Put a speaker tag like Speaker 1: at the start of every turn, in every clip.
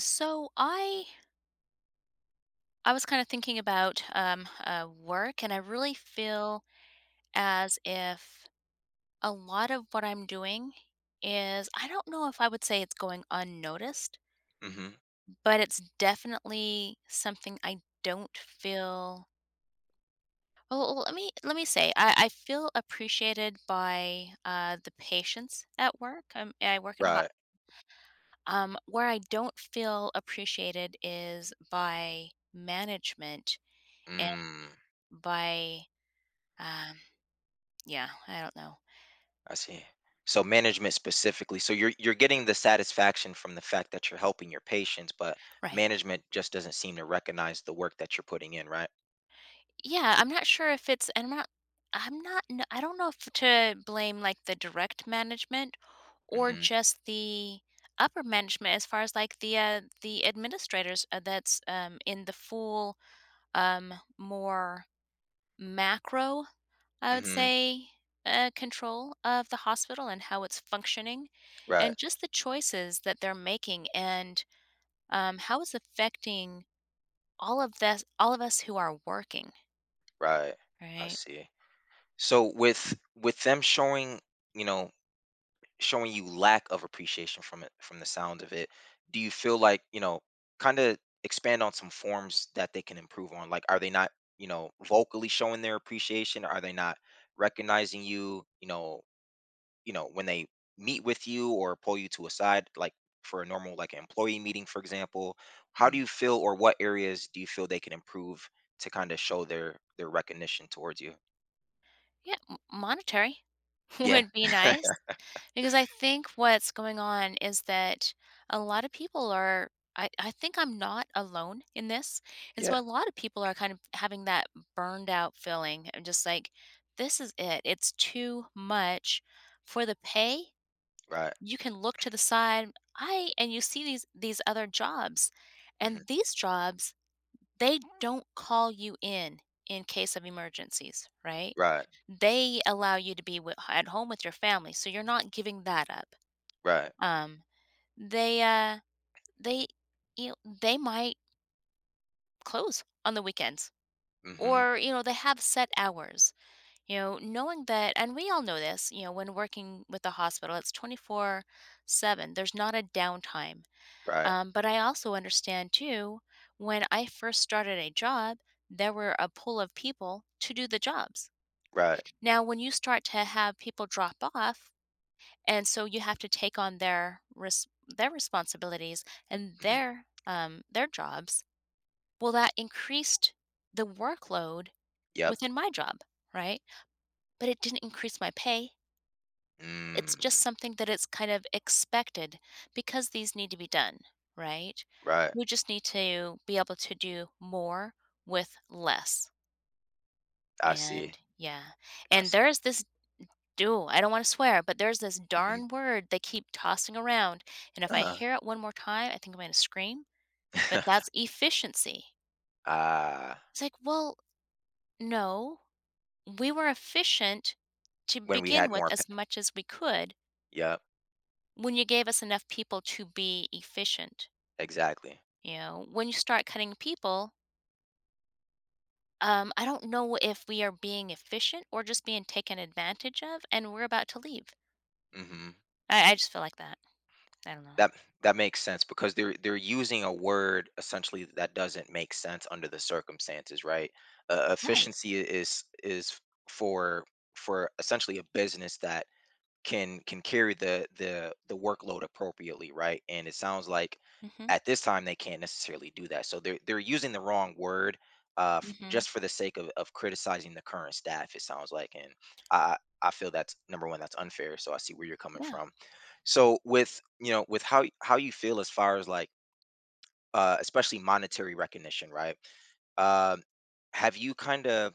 Speaker 1: So I was kind of thinking about work, and I really feel as if a lot of what I'm doing is I don't know if I would say it's going unnoticed,
Speaker 2: Mhm.
Speaker 1: but it's definitely something I don't feel. Well, let me say I feel appreciated by the patients at work. I work in a hospital.
Speaker 2: Right.
Speaker 1: Where I don't feel appreciated is by management, and
Speaker 2: Mm,
Speaker 1: by— Um, yeah, I don't know.
Speaker 2: I see. So management specifically. So you're getting the satisfaction from the fact that you're helping your patients, but
Speaker 1: Right.
Speaker 2: management just doesn't seem to recognize the work that you're putting in, right?
Speaker 1: Yeah, I'm not sure if it's, and I'm not, I'm not— kn I don't know if to blame, like, the direct management or
Speaker 2: Mhm.
Speaker 1: just the upper management as far as, like, the administrators, that's, in the full, more macro, I would
Speaker 2: Mhm.
Speaker 1: say, control of the hospital and how it's functioning,
Speaker 2: Right.
Speaker 1: and just the choices that they're making, and how it's affecting all of us who are working,
Speaker 2: Right. I
Speaker 1: right?
Speaker 2: see. So with them showing, you know, showing you lack of appreciation from it from the sound of it, do you feel like, you know, kind of expand on some forms that they can improve on, like are they not, vocally showing their appreciation, are they not recognizing you you know when they meet with you or pull you to a side, like for a normal like employee meeting for example, how do
Speaker 1: Mm.
Speaker 2: you feel or what areas do you feel they can improve to kind of show their recognition towards you?
Speaker 1: Yeah, m monetary
Speaker 2: Yeah.
Speaker 1: would be nice, because I think what's going on is that a lot of people are— I think I'm not alone in this, and so
Speaker 2: Yeah,
Speaker 1: a lot of people are kind of having that burned out feeling and just like, "This is it. It's too much for the pay."
Speaker 2: right.
Speaker 1: You can look to the side, I and you see these other jobs,
Speaker 2: Hmm.
Speaker 1: and these jobs, they don't call you in case of emergencies, right?
Speaker 2: Right.
Speaker 1: They allow you to be wi at home with your family, so you're not giving that up.
Speaker 2: Right.
Speaker 1: Um, they, uh, they, they might close on the weekends,
Speaker 2: Hmm.
Speaker 1: or, they have set hours, knowing that, and we all know this, when working with the hospital, it's 24/7. There's not a downtime.
Speaker 2: Right.
Speaker 1: But I also understand too, when I first started a job, there were a pool of people to do the jobs.
Speaker 2: Right.
Speaker 1: Now, when you start to have people drop off, and so you have to take on their their responsibilities and
Speaker 2: Mhm.
Speaker 1: their jobs. Well, that increased the workload
Speaker 2: Yep.
Speaker 1: within my job, right? But it didn't increase my pay.
Speaker 2: Mm,
Speaker 1: It's just something that it's kind of expected because these need to be done, right?
Speaker 2: right.
Speaker 1: We just need to be able to do more with less.
Speaker 2: I see.
Speaker 1: And yeah.
Speaker 2: I
Speaker 1: And
Speaker 2: see.
Speaker 1: there's this do I don't want to swear, but there's this
Speaker 2: Mhm.
Speaker 1: darn word they keep tossing around. And if I
Speaker 2: Uh-huh.
Speaker 1: hear it one more time, I think I'm going to scream. But that's efficiency.
Speaker 2: Ah,
Speaker 1: It's like, well, no, we were efficient to
Speaker 2: when we
Speaker 1: begin
Speaker 2: had
Speaker 1: with,
Speaker 2: more pa—
Speaker 1: as much as we could
Speaker 2: Yep,
Speaker 1: when you gave us enough people to be efficient.
Speaker 2: exactly.
Speaker 1: You know, when you start cutting people, I don't know if we are being efficient or just being taken advantage of, and we're about to leave.
Speaker 2: Mhm.
Speaker 1: I just feel like that. I don't know.
Speaker 2: That that makes sense because they're using a word essentially that doesn't make sense under the circumstances, right?
Speaker 1: Right.
Speaker 2: Efficiency is for for essentially a business that can carry the workload appropriately, right? And it sounds like
Speaker 1: Mm. Mhm.
Speaker 2: at this time they can't necessarily do that. So they're using the wrong word,
Speaker 1: Mm.
Speaker 2: f-
Speaker 1: Mhm.
Speaker 2: just for the sake of criticizing the current staff, it sounds like. And I feel that's number one, that's unfair. So I see where you're coming
Speaker 1: Yeah.
Speaker 2: from. So with, with how you feel as far as like, especially monetary recognition, right? Um, have you kind of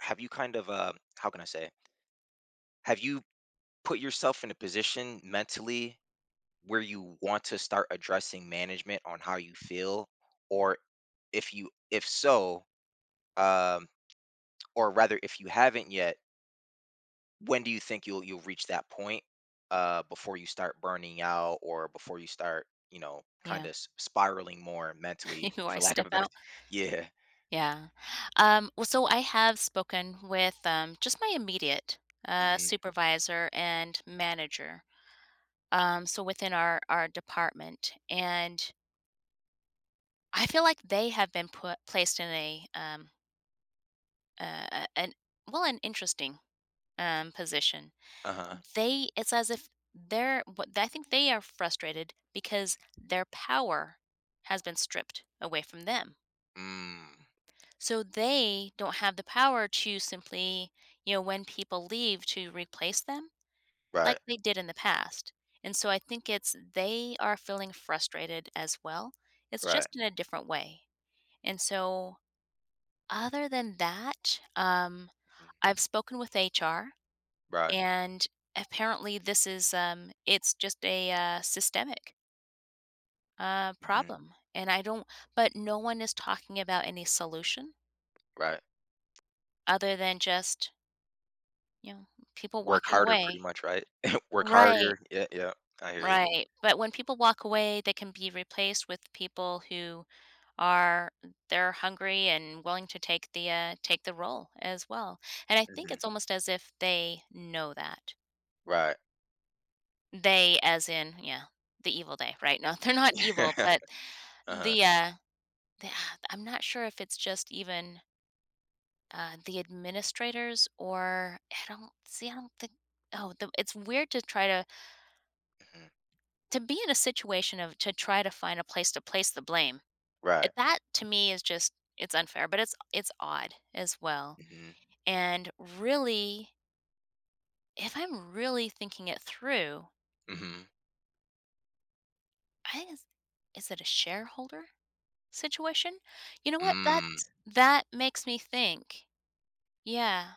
Speaker 2: have you kind of how can I say have you put yourself in a position mentally where you want to start addressing management on how you feel? Or, if you, if so, um or rather if you haven't yet, when do you think you'll reach that point, before you start burning out or before you start, kind
Speaker 1: Yeah.
Speaker 2: of spiraling more mentally
Speaker 1: Before I
Speaker 2: for lack of
Speaker 1: step
Speaker 2: a better—
Speaker 1: out.
Speaker 2: Yeah.
Speaker 1: Yeah. Well, so I have spoken with, just my immediate,
Speaker 2: Hmm.
Speaker 1: supervisor and manager. So within our department, and I feel like they have been put placed in a- an well, an interesting position.
Speaker 2: Uh-huh.
Speaker 1: They, it's as if they're, what I think, they are frustrated because their power has been stripped away from them.
Speaker 2: Mm,
Speaker 1: So they don't have the power to simply, when people leave, to replace them
Speaker 2: right.
Speaker 1: like they did in the past. And so I think it's they are feeling frustrated as well. It's
Speaker 2: Right.
Speaker 1: just in a different way. And so, other than that,
Speaker 2: Mhm,
Speaker 1: I've spoken with HR.
Speaker 2: right.
Speaker 1: And apparently, this is it's just a, systemic,
Speaker 2: Hmm.
Speaker 1: problem. And I don't, but no one is talking about any solution
Speaker 2: Right.
Speaker 1: other than just, you know people
Speaker 2: Work
Speaker 1: walking
Speaker 2: harder pretty
Speaker 1: away.
Speaker 2: much, right? Work
Speaker 1: Right,
Speaker 2: harder. Yeah, yeah, I hear you.
Speaker 1: right. But when people walk away, they can be replaced with people who are they're hungry and willing to take the role as well. And I think
Speaker 2: Hmm.
Speaker 1: it's almost as if they know that.
Speaker 2: Right.
Speaker 1: They, as in, yeah, the evil they, right? No, they're not evil, but
Speaker 2: Uh-huh.
Speaker 1: the, uh, I'm not sure if it's just even, the administrators. Or I don't see, I don't think— oh, the it's weird to try to
Speaker 2: Mhm.
Speaker 1: be in a situation of, to try to find a place to place the blame. Eh,
Speaker 2: Right.
Speaker 1: that to me is just, it's unfair, but it's odd as well,
Speaker 2: Mhm.
Speaker 1: and really, if I'm really thinking it through,
Speaker 2: Mhm.
Speaker 1: I think it's is it a shareholder situation? You know what? That
Speaker 2: Mm.
Speaker 1: That makes me think. Yeah,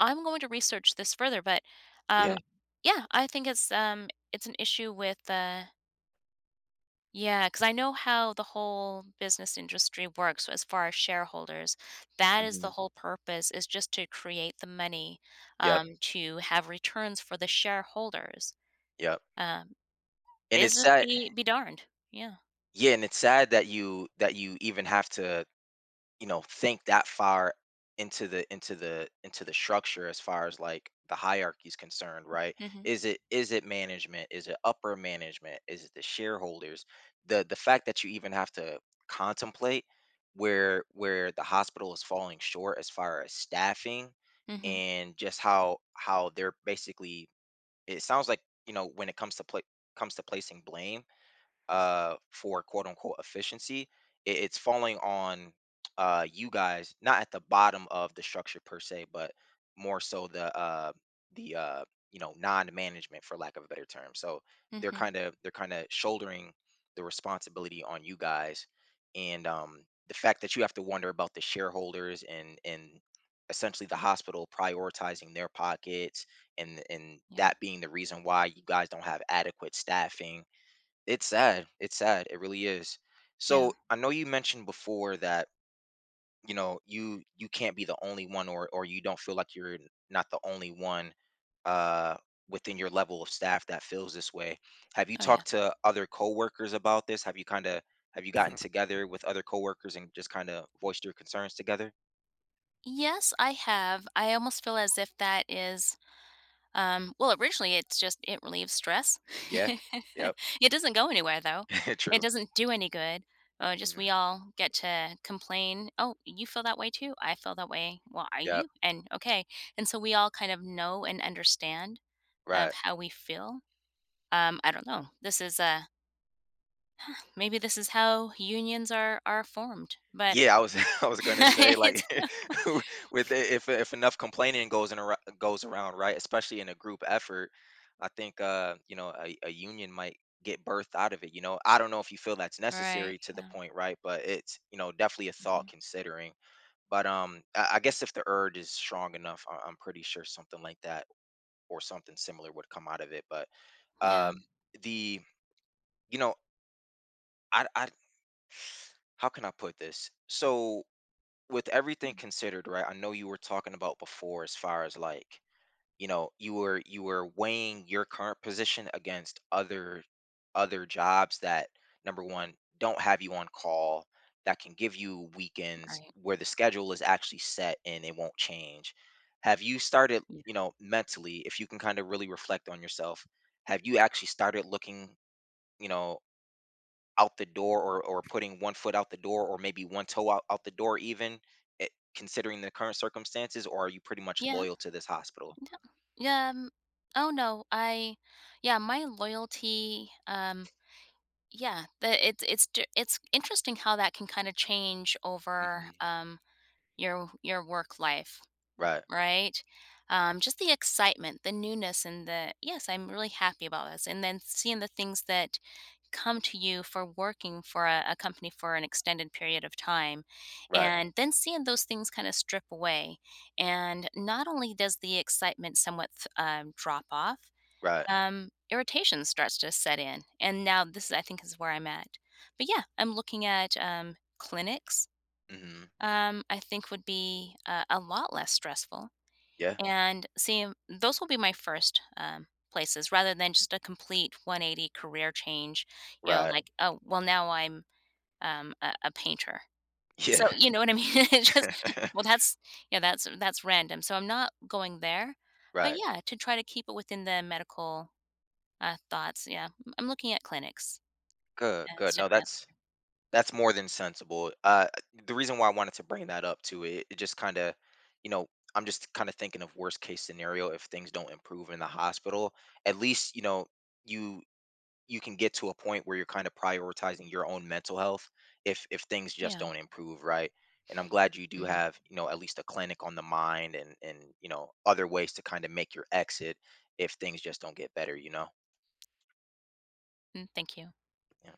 Speaker 1: I'm going to research this further, but
Speaker 2: Yeah.
Speaker 1: um, yeah, I think it's an issue with, yeah, because I know how the whole business industry works as far as shareholders. That is, the
Speaker 2: Mhm.
Speaker 1: whole purpose is just to create the money,
Speaker 2: Yep.
Speaker 1: to have returns for the shareholders.
Speaker 2: Yep.
Speaker 1: Um,
Speaker 2: And it's
Speaker 1: business
Speaker 2: sad.
Speaker 1: be darned. Yeah.
Speaker 2: Yeah, and it's sad that you even have to, think that far into the into the into the structure as far as like the hierarchy is concerned, right?
Speaker 1: Mm-hmm.
Speaker 2: Is it, is it management, is it upper management, is it the shareholders? The fact that you even have to contemplate where the hospital is falling short as far as staffing,
Speaker 1: Mm-hmm.
Speaker 2: and just how they're basically, it sounds like, when it comes to play, comes to placing blame, for quote unquote efficiency, it's falling on, you guys, not at the bottom of the structure per se, but more so the, the uh, non-management for lack of a better term. So they're
Speaker 1: Mm-hmm.
Speaker 2: kind of they're kind of shouldering the responsibility on you guys, and the fact that you have to wonder about the shareholders, and essentially the hospital prioritizing their pockets, and
Speaker 1: Yeah.
Speaker 2: that being the reason why you guys don't have adequate staffing. It's sad. It's sad. It really is.
Speaker 1: Yeah.
Speaker 2: So I know you mentioned before that, you you can't be the only one, or you don't feel like you're not the only one, uh, within your level of staff that feels this way. Have you
Speaker 1: Oh, yeah.
Speaker 2: talked to other coworkers about this? Have you kind of, have you gotten together with other coworkers and just kind of voiced your concerns together?
Speaker 1: Yes, I have. I almost feel as if that is, well, originally it's just it relieves stress.
Speaker 2: Yeah. Yep.
Speaker 1: It doesn't go anywhere though. It
Speaker 2: True.
Speaker 1: doesn't do any good. Just
Speaker 2: Mhm.
Speaker 1: we all get to complain. Oh, you feel that way too. I feel that way. Well, are
Speaker 2: Yep.
Speaker 1: you? And okay. And so we all kind of know and understand of
Speaker 2: Right.
Speaker 1: how we feel. I don't know. This is, uh, maybe this is how unions are formed, but
Speaker 2: Yeah, I was I was gonna say like
Speaker 1: it's
Speaker 2: with it, if enough complaining goes in ar- goes around, right? Especially in a group effort, I think, you know, a union might get birthed out of it. You know, I don't know if you feel that's
Speaker 1: right.
Speaker 2: necessary to the
Speaker 1: Yeah.
Speaker 2: point, right? But it's, you know, definitely a thought
Speaker 1: Mhm.
Speaker 2: considering. But I guess if the urge is strong enough, I'm pretty sure something like that or something similar would come out of it. But
Speaker 1: Yeah.
Speaker 2: um the, you know, I how can I put this? So with everything considered, right? I know you were talking about before as far as like, you know, you were weighing your current position against other other jobs that, number one, don't have you on call, that can give you weekends
Speaker 1: Right.
Speaker 2: where the schedule is actually set and it won't change. Have you started, you know, mentally, if you can kind of really reflect on yourself, have you actually started looking, you know, out the door, or putting one foot out the door or maybe one toe out, out the door even, eh, considering the current circumstances, or are you pretty much
Speaker 1: Yeah,
Speaker 2: loyal to this hospital?
Speaker 1: yeah, yeah, oh, no, I yeah, my loyalty, yeah, the it's d it's interesting how that can kinda change over,
Speaker 2: Hmm.
Speaker 1: your work life,
Speaker 2: Right.
Speaker 1: right? Just the excitement, the newness, and the, "Yes, I'm really happy about this," and then seeing the things that come to you for working for a company for an extended period of time,
Speaker 2: Right.
Speaker 1: and then seeing those things kind of strip away, and not only does the excitement somewhat drop off,
Speaker 2: Right.
Speaker 1: irritation starts to set in, and now this is, I think, is where I'm at. But yeah, I'm looking at, clinics,
Speaker 2: Hmm.
Speaker 1: I think, would be, a lot less stressful.
Speaker 2: Yeah.
Speaker 1: And see, those will be my first, places, rather than just a complete 180 career change,
Speaker 2: Right.
Speaker 1: like, oh, well, now I'm, a painter. So,
Speaker 2: Yeah.
Speaker 1: you know what I mean? Well, that's, yeah, that's random. So I'm not going there. But
Speaker 2: Right.
Speaker 1: yeah, to try to keep it within the medical, thoughts. Yeah. I'm looking at clinics,
Speaker 2: Good, good, no,
Speaker 1: stepping out.
Speaker 2: that's, that's more than sensible. The reason why I wanted to bring that up too, it just kind of, you know, I'm just kind of thinking of worst case scenario, if things don't improve in the hospital, at least, you know, you you can get to a point where you're kind of prioritizing your own mental health if things just
Speaker 1: Yeah.
Speaker 2: don't improve, right? And I'm glad you do
Speaker 1: Hmm.
Speaker 2: have, you know, at least a clinic on the mind, and, you know, other ways to kind of make your exit if things just don't get better, you know.
Speaker 1: Thank you.
Speaker 2: Yeah.